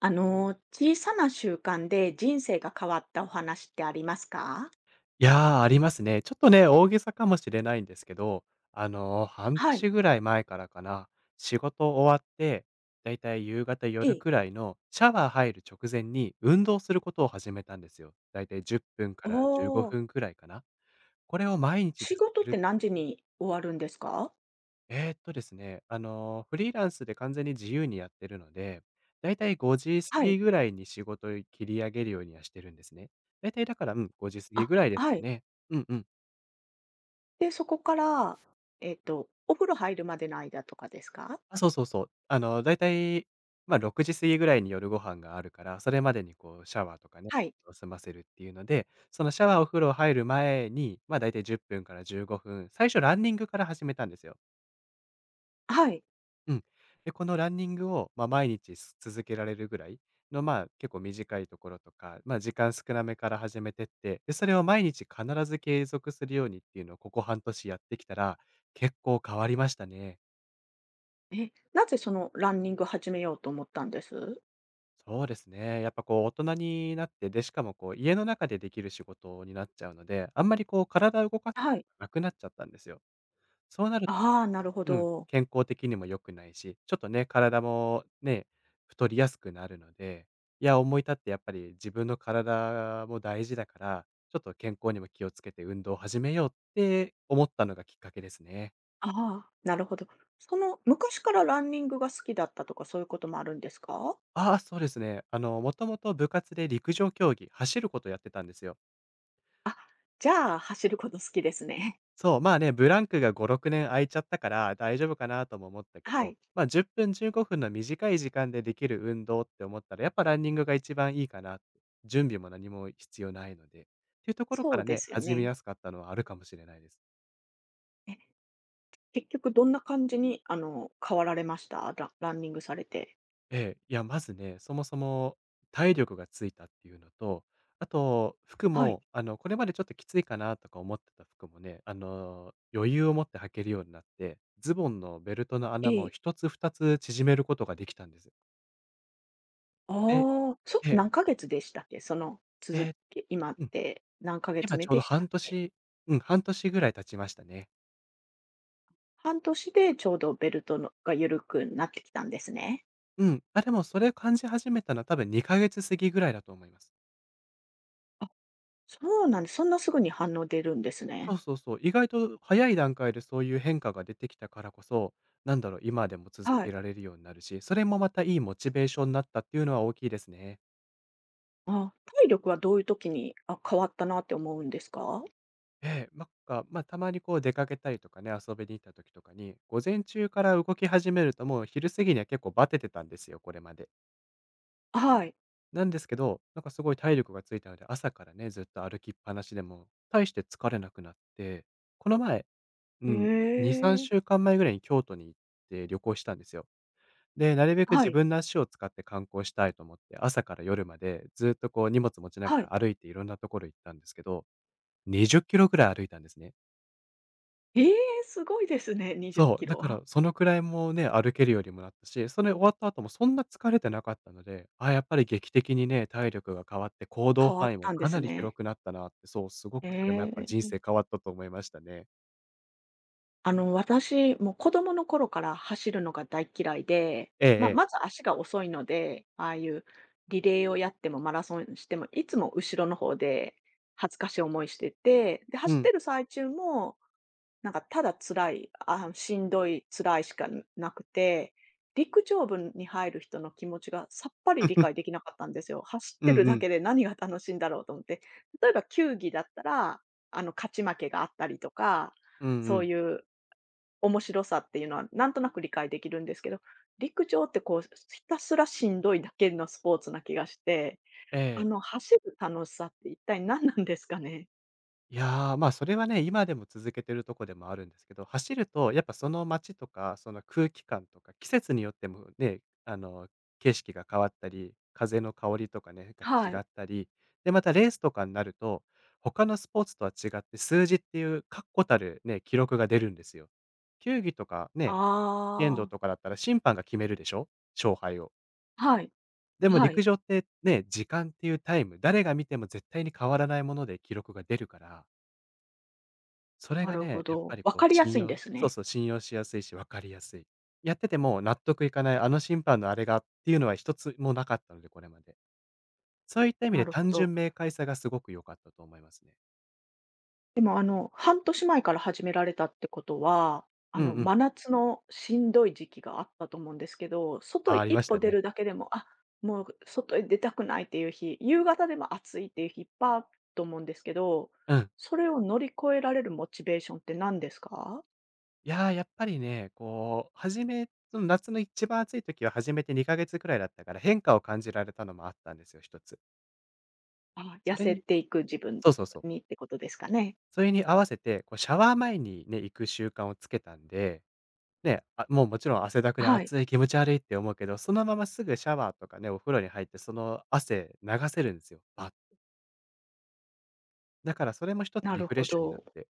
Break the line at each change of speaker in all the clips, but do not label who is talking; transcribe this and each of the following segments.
小さな習慣で人生が変わったお話ってありますか？
いやー、ありますね。ちょっとね、大げさかもしれないんですけど、半
はい。
年ぐらい前からかな、仕事終わって、だいたい夕方、
え
夜
え。
くらいのシャワー入る直前に運動することを始めたんですよ。だいたい10分から15
おー。
分くらいかな。これを毎日
仕
続
事
け
って
る。
何時に終わるんですか？
えーっとですね、あの、フリーランスで完全に自由にやってるので、だいたい5時過
はい。
ぎぐらいに仕事を切り上げるようにはしてるんですね。だいたいだから、うん、5時過ぎ
あ、
ぐらいです
は
か
い。
ね。うんうん。
で、そこから、お風呂入るまでの間とかですか？
あ、そうそうそう。だいたい、まあ、6時過ぎぐらいに夜ご飯があるから、それまでにこうシャワーとかね、
はい。
を済ませるっていうので、そのシャワーお風呂入る前に、まあ、だいたい10分から15分、最初ランニングから始めたんですよ。
はい。
うん。で、このランニングを、まあ、毎日続けられるぐらいの、まあ、結構短いところとか、まあ、時間少なめから始めてって、で、それを毎日必ず継続するようにっていうのをここ半年やってきたら、結構変わりましたね。
え、なぜそのランニング始めようと思ったんです？
そうですね。やっぱこう大人になって、で、しかもこう家の中でできる仕事になっちゃうので、あんまりこう体を動かす
はい。
のがなくなっちゃったんですよ。そうなると、
ああ、なるほ
うん、
ど。
健康的にも良くないし、ちょっとね、体もね、太りやすくなるので、いや、思い立ってやっぱり自分の体も大事だから、ちょっと健康にも気をつけて運動を始めようって思ったのがきっかけですね。
ああ、なるほど。昔からランニングが好きだったとか、そういうこともあるんですか？
ああ、そうですね。もともと部活で陸上競技、走ることやってたんですよ。
あ、じゃあ、走ること好きですね。
そう、まあね、ブランクが5、6年空いちゃったから大丈夫かなとも思ったけ
は
ど、
い、
ま、10分、15分の短い時間でできる運動って思ったら、やっぱランニングが一番いいかなって。準備も何も必要ないので。っていうところ
そ
か
う
ら
で
ね、
すよ
始め
ね。
やすかったのはあるかもしれないです。
え、結局どんな感じに、変わられました？ランニングされて。
ええ、いや、まずね、そもそも体力がついたっていうのと、あと服
はい。
も、これまでちょっときついかなとか思ってた服もね、余裕を持って履けるようになって、ズボンのベルトの
え
穴も
え。
一つ二つ縮めることができたんです。で、
ああ、
ええ、
何ヶ月でしたっけ？その
え
続
え、
き今っ
うん、
て何ヶ月
今
目
ちょう
で
ど
したっ
半
け？
年、うん、半年ぐらい経ちましたね。
半年でちょうどベルトのが緩くなってきたんですね。
うん、あ、でもそれを感じ始めたのは多分2ヶ月過ぎぐらいだと思います。
あ、そうなんです。そんなすぐに反応出るんです
そ
ね。
うそうそう、意外と早い段階でそういう変化が出てきたからこそ、なんだろう、今でも続
はい。
けられるようになるし、それもまたいいモチベーションになったっていうのは大きいですね。
ああ、体力はどういう時に、変わったなって思うんですか？
ええ、なんか、ま、たまにこう出かけたりとかね、遊びに行った時とかに、午前中から動き始めるともう昼過ぎには結構バテてたんですよ、これまで。
はい。
なんですけど、なんかすごい体力がついたので、朝からね、ずっと歩きっぱなしでも、大して疲れなくなって、この前、う
へ
ん、2、
え。
3週間前ぐらいに京都に行って旅行したんですよ。で、なるべく
は
自
い、
分の足を使って観光したいと思って、朝から夜までずっとこう荷物持ちな
は
が
い。
ら歩いていろんなところ行ったんですけど、20キロぐらい歩いたんですね。
ええ、すごいですね、20キ
そう、だ
ロ。
からそのくらいもね、歩けるようにもなったし、それ終わった後もそんな疲れてなかったので、あ、やっぱり劇的にね、体力が変わって行動
変わ
範
っ
囲も
たんで
か
す
なり広
ね。
くなったなって、そう、すごくそれもや
え
っぱ人
え。
生変わったと思いましたね。
私、もう子供の頃から走るのが大嫌いで、
えええ
ま
え。
ず足が遅いので、ああいうリレーをやってもマラソンしても、いつも後ろの方で恥ずかしい思いしてて、で、
う
走って
ん。
る最中もなんかただ辛い、あ、しんどい、辛いしかなくて、陸上部に入る人の気持ちがさっぱり理解でき なかったんですよ。走っ
う
て
ん
る
う
だ
ん。
けで何が楽しいんだろうと思って。例えば球技だったら、勝ち負けがあったりとか、
うんう
そう
ん。
いう面白さっていうのはなんとなく理解できるんですけど、陸上ってこう、ひたすらしんどいだけのスポーツな気がして、
えええ、
走る楽しさって一体何なんですかね？
いやー、ま、あ、それはね、今でも続けてるとこでもあるんですけど、走るとやっぱその街とか、その空気感とか、季節によってもね、景色が変わったり、風の香りとかね、
は
が
い。
違ったり、で、またレースとかになると、他のスポーツとは違って数字っていう確固たるね、記録が出るんですよ。球技とかね、剣道
ああ、
とかだったら審判が決めるでしょ、勝敗を。
はい、
でも
は
陸
い。
上ってね、時間っていうタイム、誰が見ても絶対に変わらないもので記録が出るから、それ
な
が
るほ
ね、やっ
ど。
ぱり
わ
こう
かりやすいんです
そう
ね。
そう、信用しやすいし分かりやすい。やってても納得いかない、あの審判のあれがっていうのは一つもなかったので、これまで。そういった意味
な
で
るほ
単
ど。
純明快さがすごく良かったと思いますね。
でも、半年前から始められたってことは、
うんうん。
真夏のしんどい時期があったと思うんですけど、外
あ、あり
一
まし
歩
た
出
ね。
るだけでも、もう外へ出たくないっていう日、夕方でも暑いっていう日いっぱいあると思うんですけど、
うん。
それを乗り越えられるモチベーションって何ですか？
いやー、やっぱりね、こう、初めその夏の一番暑い時は始めて2か月くらいだったから、変化を感じられたのもあったんですよ、一つ。
あ、痩
それ
せ
に
ていく自分
そうそうそう。
にってことですかね？
それに合わせて、こうシャワー前にね、行く習慣をつけたんでね、あ、もうもちろん汗だくで
はい、
暑い気持ち悪いって思うけど、そのまますぐシャワーとかね、お風呂に入ってその汗流せるんですよ、バッ。だからそれも一つ
な
リ
る
フレッ
ほ
シュになっ
ど。
て。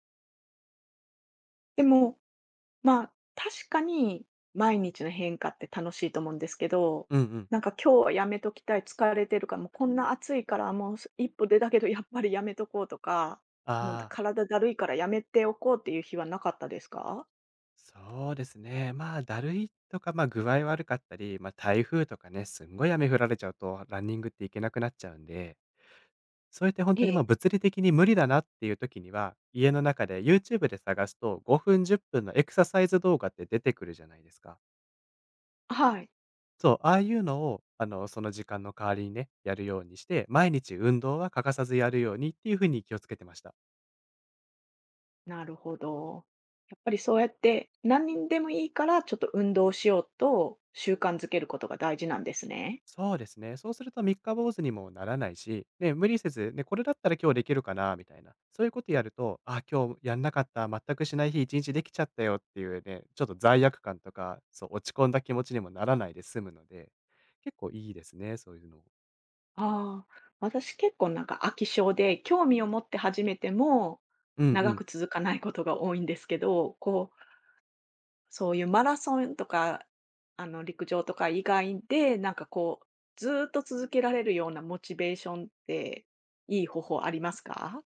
でもまあ、確かに毎日の変化って楽しいと思うんですけど、
うんうん。
なんか今日はやめときたい、疲れてるから、もうこんな暑いからもう一歩出たけどやっぱりやめとこうとか、もう
ああ、
体だるいからやめておこうっていう日はなかったですか？
そうですね。まあ、だるいとか、ま、あ、具合悪かったり、まあ、台風とかね、すんごい雨降られちゃうとランニングって行けなくなっちゃうんで、そうやって本
え
当にもう
え。
物理的に無理だなっていう時には、家の中で YouTube で探すと5分10分のエクササイズ動画って出てくるじゃないですか。
はい、
そう、ああいうのを、その時間の代わりにね、やるようにして、毎日運動は欠かさずやるようにっていう風に気をつけてました。
なるほど。やっぱりそうやって何人でもいいからちょっと運動しようと習慣づけることが大事なんですね。
そうですね。そうすると三日坊主にもならないし、ね、無理せず、ね、これだったら今日できるかなみたいな。そういうことやると、あ、今日やんなかった、全くしない日一日できちゃったよっていうね、ちょっと罪悪感とか、そう、落ち込んだ気持ちにもならないで済むので、結構いいですね、そういうの。
ああ、私結構なんか飽き性で、興味を持って始めても、
うんう
長
ん。
く続かないことが多いんですけど、こう、そういうマラソンとか、陸上とか以外で、なんかこう、ずーっと続けられるようなモチベーションって、いい方法ありますか？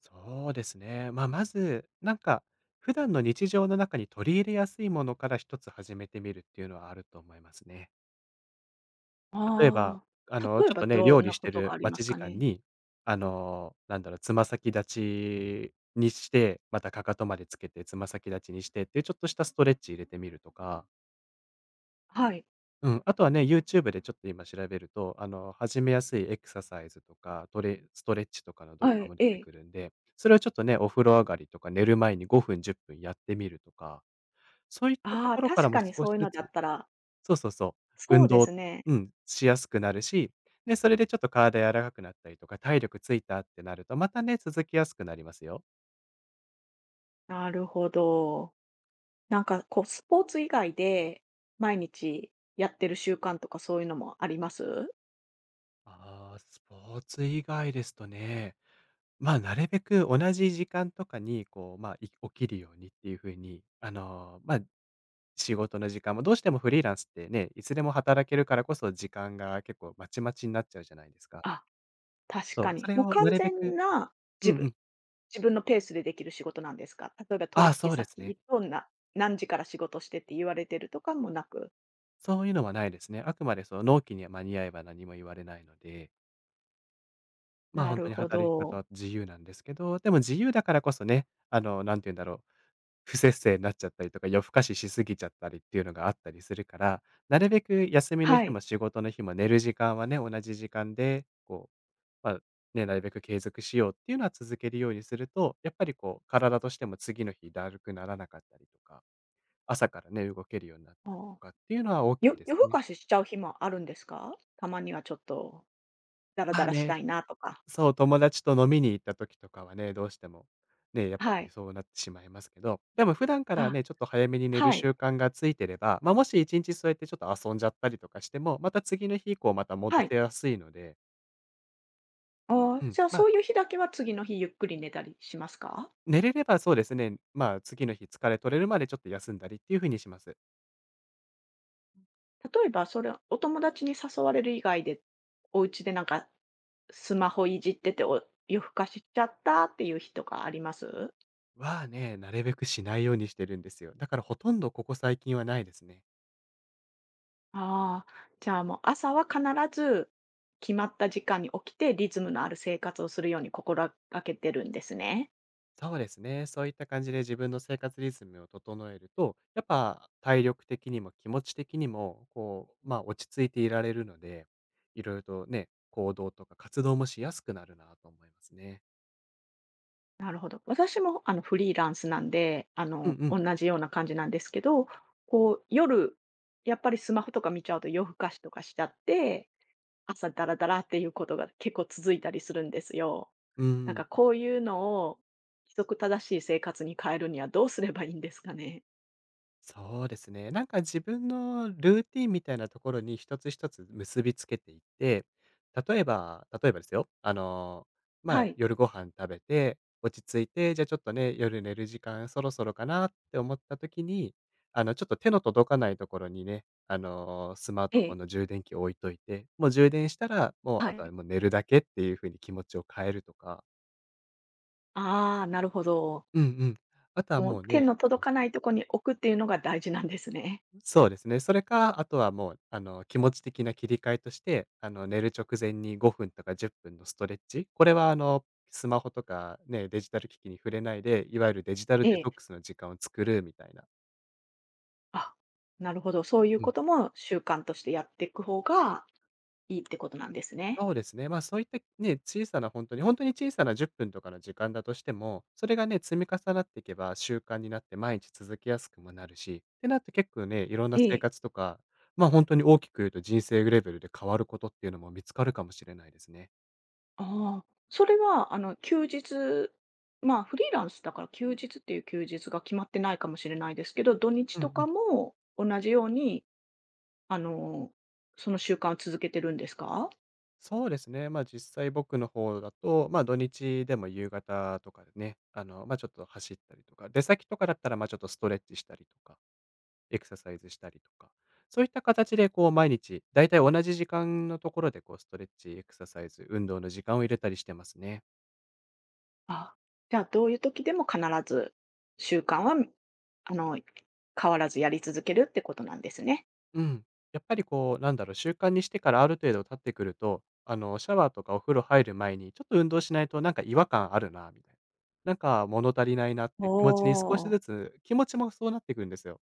そうですね。まあ、まず、なんか、普段の日常の中に取り入れやすいものから一つ始めてみるっていうのはあると思いますね。例えば、
ああ、例え
ちょっ
ば
とね、
ど
料
ん
理
な
し
こ
て
とが
る
ありま
待
す
ち時
か
間
ね？
に、なんだろう、つま先立ちにして、またかかとまでつけて、つま先立ちにしてっていうちょっとしたストレッチ入れてみるとか。
はい。
うん、あとはね、YouTube でちょっと今調べると、始めやすいエクササイズとか、ストレッチとかの動
は
画
い、
も出
え
て
え。
くるんで、それをちょっとね、お風呂上がりとか寝る前に5分、10分やってみるとか、そういったと
ああ、
ころから
確
も
かに
少
そ
し
ういう
ず
のだ
つ。
ったら
そうそうそう、
そ
運
うです
動
ね。
うん、しやすくなるし、で、それでちょっと体柔らかくなったりとか、体力ついたってなると、またね、続きやすくなりますよ。
なるほど。なんかこう、スポーツ以外で、毎日やってる習慣とかそういうのもあります？
ああ、スポーツ以外ですとね、なるべく同じ時間とかに、こう、起きるようにっていう風に、仕事の時間もどうしてもフリーランスってね、いつでも働けるからこそ時間が結構まちまちになっちゃうじゃないですか。
あ、確
そ
か
う、そ
に。
れ
もう
をな
完
るべ
全
く。
な
う
自
ん
分
うん。
自分のペースでできる仕事なんですか？例えば
あ
取
あ、
引
そうですね。
先と何時から仕事してって言われてるとかもなく。
そういうのはないですね。あくまでその納期には間に合えば何も言われないので、
な
本
る
当に
ほ
働き方
ど。
は自由なんですけど、でも自由だからこそね、なんて言うんだろう、不摂生になっちゃったりとか、夜更かししすぎちゃったりっていうのがあったりするから、なるべく休みの
は
日
い。
も仕事の日も寝る時間はね、同じ時間で、こう、ね、なるべく継続しようっていうのは続けるようにすると、やっぱりこう、体としても次の日だるくならなかったりとか、朝からね、動けるようになっ
あ
たりと
あ。
かっていうのは大きいです
夜更
ね。
かししちゃう日もあるんですか？たまにはちょっとダラ
ま
ダ
あ
ラし
ね、
たいなとか。
そう、友達と飲みに行った時とかはね、どうしても、ね、やっぱ
は
り
い。
そうなってしまいますけど、でも普段から
あ、
ね、ちょっと早めに寝る
はい。
習慣がついてれば、もし1日そうやってちょっと遊んじゃったりとかしても、また次の日以降また戻
はい。
せやすいので。
ああ、
うん、
じゃあそういう日だけは次の日ゆっくり寝たりしますか？
寝れればそうですね、次の日疲れ取れるまでちょっと休んだりっていう風にします。
例えば、それお友達に誘われる以外で、お家でなんかスマホいじってて、夜更かしちゃったっていう日とかあります？
はね、なるべくしないようにしてるんですよ。だからほとんどここ最近はないですね。
ああ、じゃあもう朝は必ず決まった時間に起きて、リズムのある生活をするように心がけてるんですね。
そうですね。そういった感じで自分の生活リズムを整えると、やっぱ体力的にも気持ち的にも、こう、落ち着いていられるので、いろいろとね、行動とか活動もしやすくなるなと思いますね。
なるほど。私もフリーランスなんで、
うんう
同
ん。
じような感じなんですけど、こう夜、やっぱりスマホとか見ちゃうと夜更かしとかしちゃって、朝ダラダラっていうことが結構続いたりするんですよ。
うんう
なん
ん。
かこういうのを規則正しい生活に変えるにはどうすればいいんですかね？
そうですね。なんか自分のルーティンみたいなところに一つ一つ結びつけていって、例えばですよ、
はい、
夜ご飯食べて、落ち着いて、じゃあちょっとね、夜寝る時間そろそろかなって思った時に、ちょっと手の届かないところにね、スマー
え
トフォン
え、
の充電器を置いといて、もう充電したら、もう
は
あと
い。
はもう寝るだけっていう風に気持ちを変えるとか。
ああ、なるほど。
うんうん。あとは
もう
もう
手
ね、
の届かないとこに置くっていうのが大事なんですね。
そうですね。それか、あとはもう、気持ち的な切り替えとして、寝る直前に5分とか10分のストレッチ。これは、スマホとかね、デジタル機器に触れないで、いわゆるデジタル
え
デ
え。
トックスの時間を作るみたいな。
あ、なるほど。そういう
う
こ
ん。
とも習慣としてやっていく方がいいってことなんですね。
そうですね。そういったね、小さな本当に本当に小さな10分とかの時間だとしても、それがね、積み重なっていけば習慣になって毎日続けやすくもなるし、ってなって結構ね、いろんな
え
生
え。
活とか、本当に大きく言うと人生レベルで変わることっていうのも見つかるかもしれないですね。
ああ、それは休日、まあフリーランスだから休日っていう休日が決まってないかもしれないですけど、土日
うんう
とか
ん。
も同じようにあの、その習慣を続けてるんですか？
そうですね。実際僕の方だと、土日でも夕方とかでね、ちょっと走ったりとか、出先とかだったら、ちょっとストレッチしたりとか、エクササイズしたりとか、そういった形で、こう、毎日、だいたい同じ時間のところで、こう、ストレッチ、エクササイズ、運動の時間を入れたりしてますね。
あ、じゃあ、どういう時でも必ず習慣は、あの、変わらずやり続けるってことなんですね。
うん。やっぱりこう、なんだろう、習慣にしてからある程度経ってくると、シャワーとかお風呂入る前に、ちょっと運動しないとなんか違和感あるな、みたいな。なんか物足りないなっ
お
て気持ちに少し
お。
ずつ、気持ちもそうなってくるんですよ。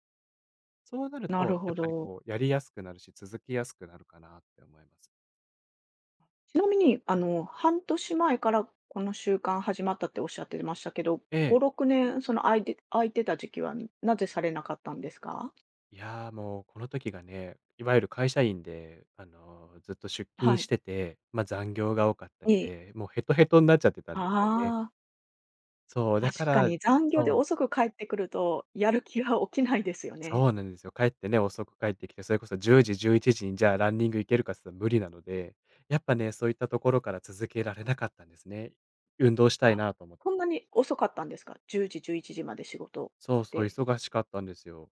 そうなる
なる
と、や
ほ
っぱり
ど。
こう、やりやすくなるし、続きやすくなるかなって思います。
ちなみに、半年前からこの習慣始まったっておっしゃってましたけど、
え
5、
え。
6年その空いてた時期はなぜされなかったんですか？
いや、もうこの時がね、いわゆる会社員で、ずっと出
は
勤し
い。
てて、残業が多かったり
ええ。
で、もうヘトヘトになっちゃってたんですよね。
ああ、
そう、だか
確か
ら
に残業で
そう。
遅く帰ってくると、やる気は起きないですよね。
そうなんですよ。帰ってね、遅く帰ってきて、それこそ10時、11時にじゃあランニング行けるかっつったら無理なので、やっぱね、そういったところから続けられなかったんですね。運動したい
あ、
なと思って。
そんなに遅かったんですか？10時、11時まで仕事
そうそう、
で。
忙しかったんですよ。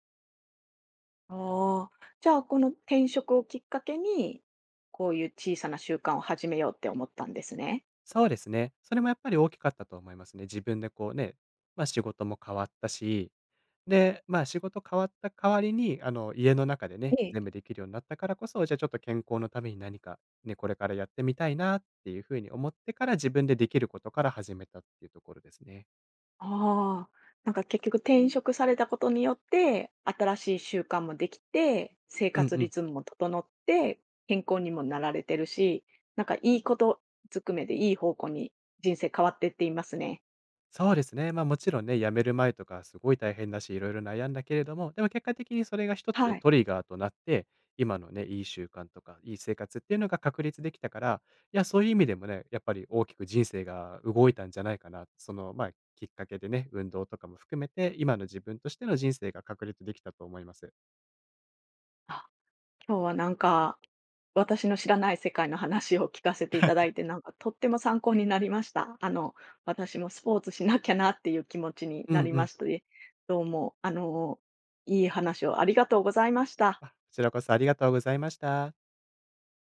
ああ、じゃあ、この転職をきっかけに、こういう小さな習慣を始めようって思ったんですね。
そうですね。それもやっぱり大きかったと思いますね。自分でこうね、仕事も変わったし、で、仕事変わった代わりに、家の中でね、
ええ。
全部できるようになったからこそ、じゃあちょっと健康のために何か、ね、これからやってみたいなっていう風に思ってから、自分でできることから始めたっていうところですね。
ああ、なんか結局転職されたことによって、新しい習慣もできて、生
うん
活
う
リ
ん。
ズムも整って、健康にもなられてるし、なんかいいことずくめでいい方向に人生変わってっていますね。
そうですね。もちろんね、辞める前とかすごい大変だし、いろいろ悩んだけれども、でも結果的にそれが一
は
つ
い。
トリガーとなって、今のね、いい習慣とか、いい生活っていうのが確立できたから、いや、そういう意味でもね、やっぱり大きく人生が動いたんじゃないかな。その、きっかけでね、運動とかも含めて、今の自分としての人生が確立できたと思います。
あ、今日はなんか私の知らない世界の話を聞かせていただいて、なんかとっても参考になりました。私もスポーツしなきゃなっていう気持ちに
う
な
ん
り
う
ま
ん。
して、どうも、いい話をありがとうございました。
あ、こちらこそありがとうございました。